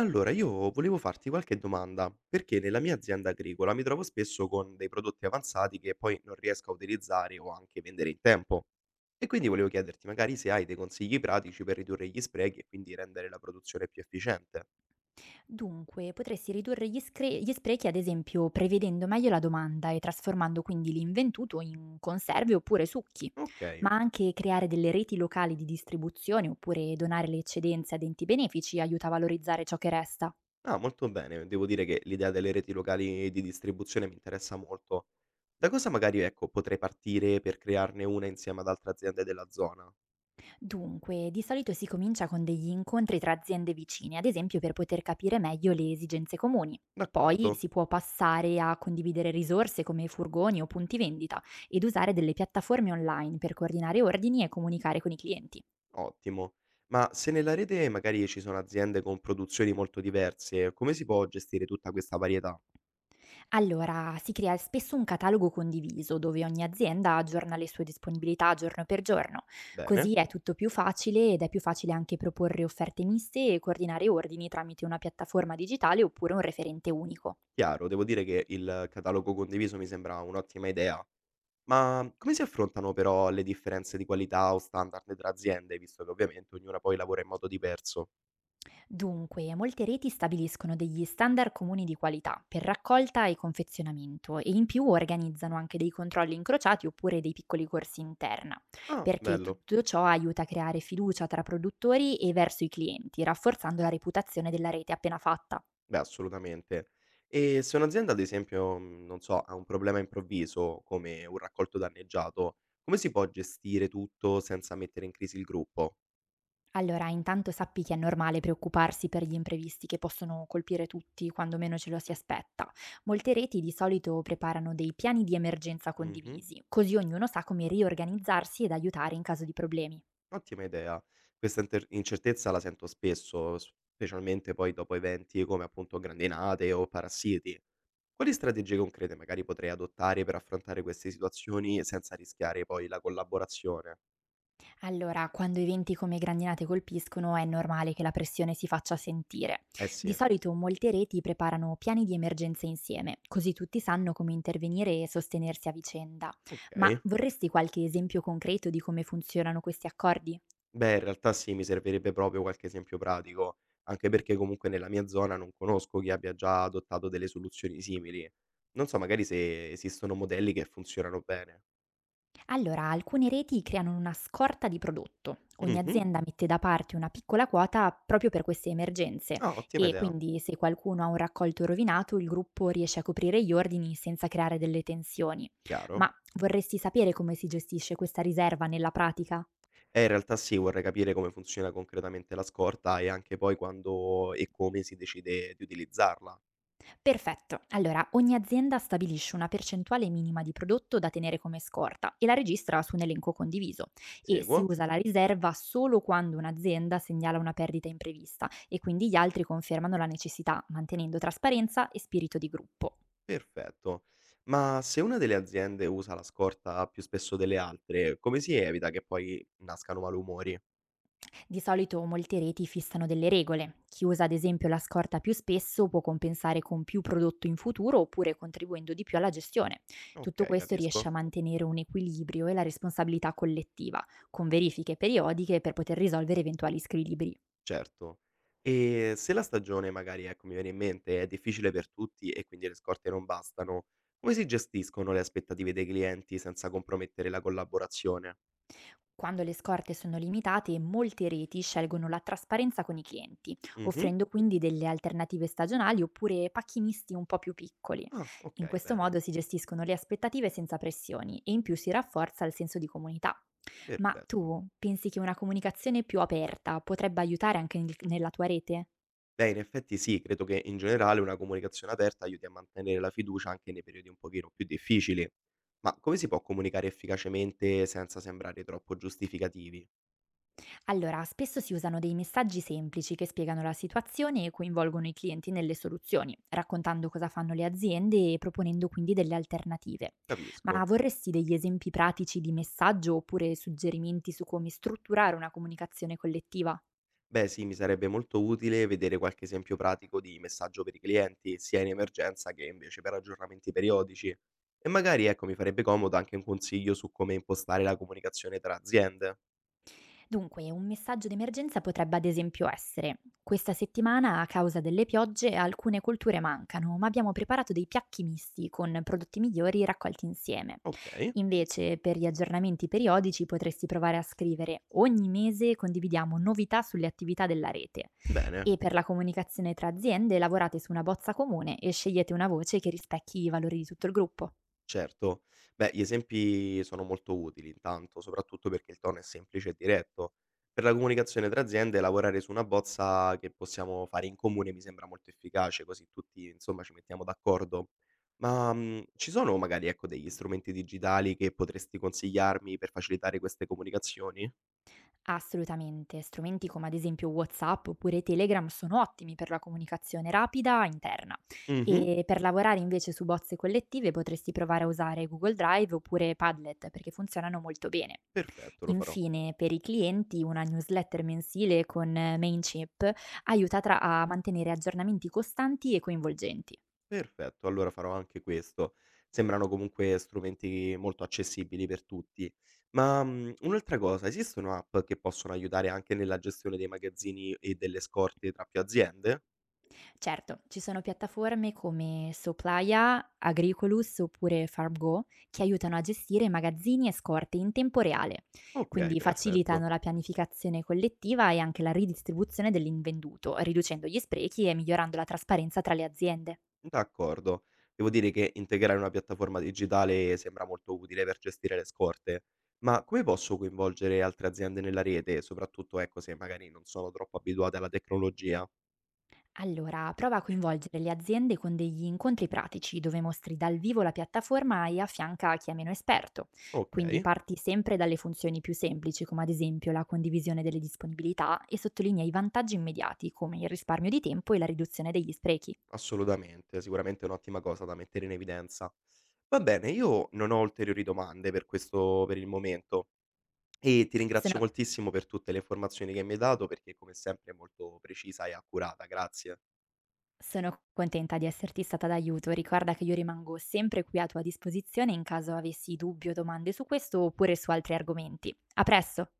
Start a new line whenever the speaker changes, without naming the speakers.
Allora, io volevo farti qualche domanda, perché nella mia azienda agricola mi trovo spesso con dei prodotti avanzati che poi non riesco a utilizzare o anche vendere in tempo. E quindi volevo chiederti magari se hai dei consigli pratici per ridurre gli sprechi e quindi rendere la produzione più efficiente.
Dunque, potresti ridurre gli sprechi, ad esempio, prevedendo meglio la domanda e trasformando quindi l'inventuto in conserve oppure succhi,
Ok,
ma anche creare delle reti locali di distribuzione oppure donare le eccedenze ad enti benefici aiuta a valorizzare ciò che resta.
ah, molto bene, devo dire che l'idea delle reti locali di distribuzione mi interessa molto. Da cosa magari, ecco, potrei partire per crearne una insieme ad altre aziende della zona?
Dunque, di solito si comincia con degli incontri tra aziende vicine, ad esempio per poter capire meglio le esigenze comuni. Poi
D'accordo.
si può passare a condividere risorse come furgoni o punti vendita ed usare delle piattaforme online per coordinare ordini e comunicare con i clienti.
Ottimo. Ma se nella rete magari ci sono aziende con produzioni molto diverse, come si può gestire tutta questa varietà?
Allora, si crea spesso un catalogo condiviso dove ogni azienda aggiorna le sue disponibilità giorno per giorno. Così
Bene,
è tutto più facile ed è più facile anche proporre offerte miste e coordinare ordini tramite una piattaforma digitale oppure un referente unico.
chiaro, devo dire che il catalogo condiviso mi sembra un'ottima idea. Ma come si affrontano però le differenze di qualità o standard tra aziende, visto che ovviamente ognuna poi lavora in modo diverso?
Dunque, molte reti stabiliscono degli standard comuni di qualità per raccolta e confezionamento e in più organizzano anche dei controlli incrociati oppure dei piccoli corsi interna,
Ah,
perché
bello.
tutto ciò aiuta a creare fiducia tra produttori e verso i clienti, rafforzando la reputazione della rete appena fatta.
Beh, assolutamente. E se un'azienda, ad esempio, non so, ha un problema improvviso, come un raccolto danneggiato, come si può gestire tutto senza mettere in crisi il gruppo?
Allora, intanto sappi che è normale preoccuparsi per gli imprevisti che possono colpire tutti quando meno ce lo si aspetta. Molte reti di solito preparano dei piani di emergenza
Mh-mh.
condivisi, così ognuno sa come riorganizzarsi ed aiutare in caso di problemi.
Ottima idea. Questa inter incertezza la sento spesso, specialmente poi dopo eventi come appunto grandinate o parassiti. Quali strategie concrete magari potrei adottare per affrontare queste situazioni senza rischiare poi la collaborazione?
Allora, quando eventi come grandinate colpiscono, è normale che la pressione si faccia sentire.
Eh
Di
sì,
solito molte reti preparano piani di emergenza insieme, così tutti sanno come intervenire e sostenersi a vicenda. Ma
okay.
vorresti qualche esempio concreto di come funzionano questi accordi?
Beh, in realtà sì, mi servirebbe proprio qualche esempio pratico, anche perché comunque nella mia zona non conosco chi abbia già adottato delle soluzioni simili. Non so magari se esistono modelli che funzionano bene.
Allora, alcune reti creano una scorta di prodotto. Ogni
Mh-mh.
azienda mette da parte una piccola quota proprio per queste emergenze,
Ah, ottima
e
idea.
quindi se qualcuno ha un raccolto rovinato, il gruppo riesce a coprire gli ordini senza creare delle tensioni.
Chiaro.
Ma vorresti sapere come si gestisce questa riserva nella pratica?
In realtà sì, vorrei capire come funziona concretamente la scorta e anche poi quando e come si decide di utilizzarla.
Perfetto. Allora, ogni azienda stabilisce una percentuale minima di prodotto da tenere come scorta e la registra su un elenco condiviso, e si
Seguo?
usa la riserva solo quando un'azienda segnala una perdita imprevista e quindi gli altri confermano la necessità, mantenendo trasparenza e spirito di gruppo.
Perfetto. Ma se una delle aziende usa la scorta più spesso delle altre, come si evita che poi nascano malumori?
Di solito molti reti fissano delle regole. Chi usa ad esempio la scorta più spesso può compensare con più prodotto in futuro oppure contribuendo di più alla gestione. Tutto
Ok,
questo riesce a
capisco.
mantenere un equilibrio e la responsabilità collettiva, con verifiche periodiche per poter risolvere eventuali squilibri.
Certo. E se la stagione magari, ecco, mi viene in mente, è difficile per tutti e quindi le scorte non bastano, come si gestiscono le aspettative dei clienti senza compromettere la collaborazione?
Quando le scorte sono limitate, molte reti scelgono la trasparenza con i clienti,
Mhm.
offrendo quindi delle alternative stagionali oppure pacchinisti un po' più piccoli.
Ah,
In
ok,
questo
bene.
modo si gestiscono le aspettative senza pressioni e in più si rafforza il senso di comunità. Ma
Perfetto.
tu pensi che una comunicazione più aperta potrebbe aiutare anche nella tua rete?
Beh, in effetti sì, credo che in generale una comunicazione aperta aiuti a mantenere la fiducia anche nei periodi un pochino più difficili. Ma come si può comunicare efficacemente senza sembrare troppo giustificativi?
Allora, spesso si usano dei messaggi semplici che spiegano la situazione e coinvolgono i clienti nelle soluzioni, raccontando cosa fanno le aziende e proponendo quindi delle alternative. Ma
Capisco.
vorresti degli esempi pratici di messaggio oppure suggerimenti su come strutturare una comunicazione collettiva?
Beh, sì, mi sarebbe molto utile vedere qualche esempio pratico di messaggio per i clienti, sia in emergenza che invece per aggiornamenti periodici. E magari, ecco, mi farebbe comodo anche un consiglio su come impostare la comunicazione tra aziende.
Dunque, un messaggio d'emergenza potrebbe ad esempio essere: questa settimana a causa delle piogge alcune colture mancano, ma abbiamo preparato dei piacchi misti con prodotti migliori raccolti insieme.
Ok,
Invece, per gli aggiornamenti periodici potresti provare a scrivere ogni mese: condividiamo novità sulle attività della rete.
bene.
E per la comunicazione tra aziende lavorate su una bozza comune e scegliete una voce che rispecchi i valori di tutto il gruppo.
Certo. Beh, gli esempi sono molto utili intanto, soprattutto perché il tono è semplice e diretto. Per la comunicazione tra aziende, lavorare su una bozza che possiamo fare in comune mi sembra molto efficace, così tutti, insomma, ci mettiamo d'accordo. Ma, ci sono magari, ecco, degli strumenti digitali che potresti consigliarmi per facilitare queste comunicazioni?
Assolutamente, strumenti come ad esempio WhatsApp oppure Telegram sono ottimi per la comunicazione rapida interna,
Mh-mh,
e per lavorare invece su bozze collettive potresti provare a usare Google Drive oppure Padlet, perché funzionano molto bene.
perfetto, lo farò.
Infine, per i clienti, una newsletter mensile con Mailchimp aiuta a mantenere aggiornamenti costanti e coinvolgenti.
Perfetto, allora farò anche questo. Sembrano comunque strumenti molto accessibili per tutti. Ma, un'altra cosa, esistono app che possono aiutare anche nella gestione dei magazzini e delle scorte tra più aziende?
Certo, ci sono piattaforme come Soplaya, Agricolus oppure FarmGo che aiutano a gestire magazzini e scorte in tempo reale,
Okay,
quindi
perfetto.
facilitano la pianificazione collettiva e anche la ridistribuzione dell'invenduto, riducendo gli sprechi e migliorando la trasparenza tra le aziende.
D'accordo. Devo dire che integrare una piattaforma digitale sembra molto utile per gestire le scorte, ma come posso coinvolgere altre aziende nella rete, soprattutto, ecco, se magari non sono troppo abituate alla tecnologia?
Allora, prova a coinvolgere le aziende con degli incontri pratici dove mostri dal vivo la piattaforma e affianca chi è meno esperto. Quindi
Okay.
parti sempre dalle funzioni più semplici, come ad esempio la condivisione delle disponibilità, e sottolinea i vantaggi immediati, come il risparmio di tempo e la riduzione degli sprechi.
Assolutamente, sicuramente è un'ottima cosa da mettere in evidenza. Va bene, io non ho ulteriori domande per questo per il momento e ti ringrazio
Sono,
moltissimo per tutte le informazioni che mi hai dato perché come sempre è molto precisa e accurata. Grazie.
Sono contenta di esserti stata d'aiuto. Ricorda che io rimango sempre qui a tua disposizione in caso avessi dubbi o domande su questo oppure su altri argomenti. A presto!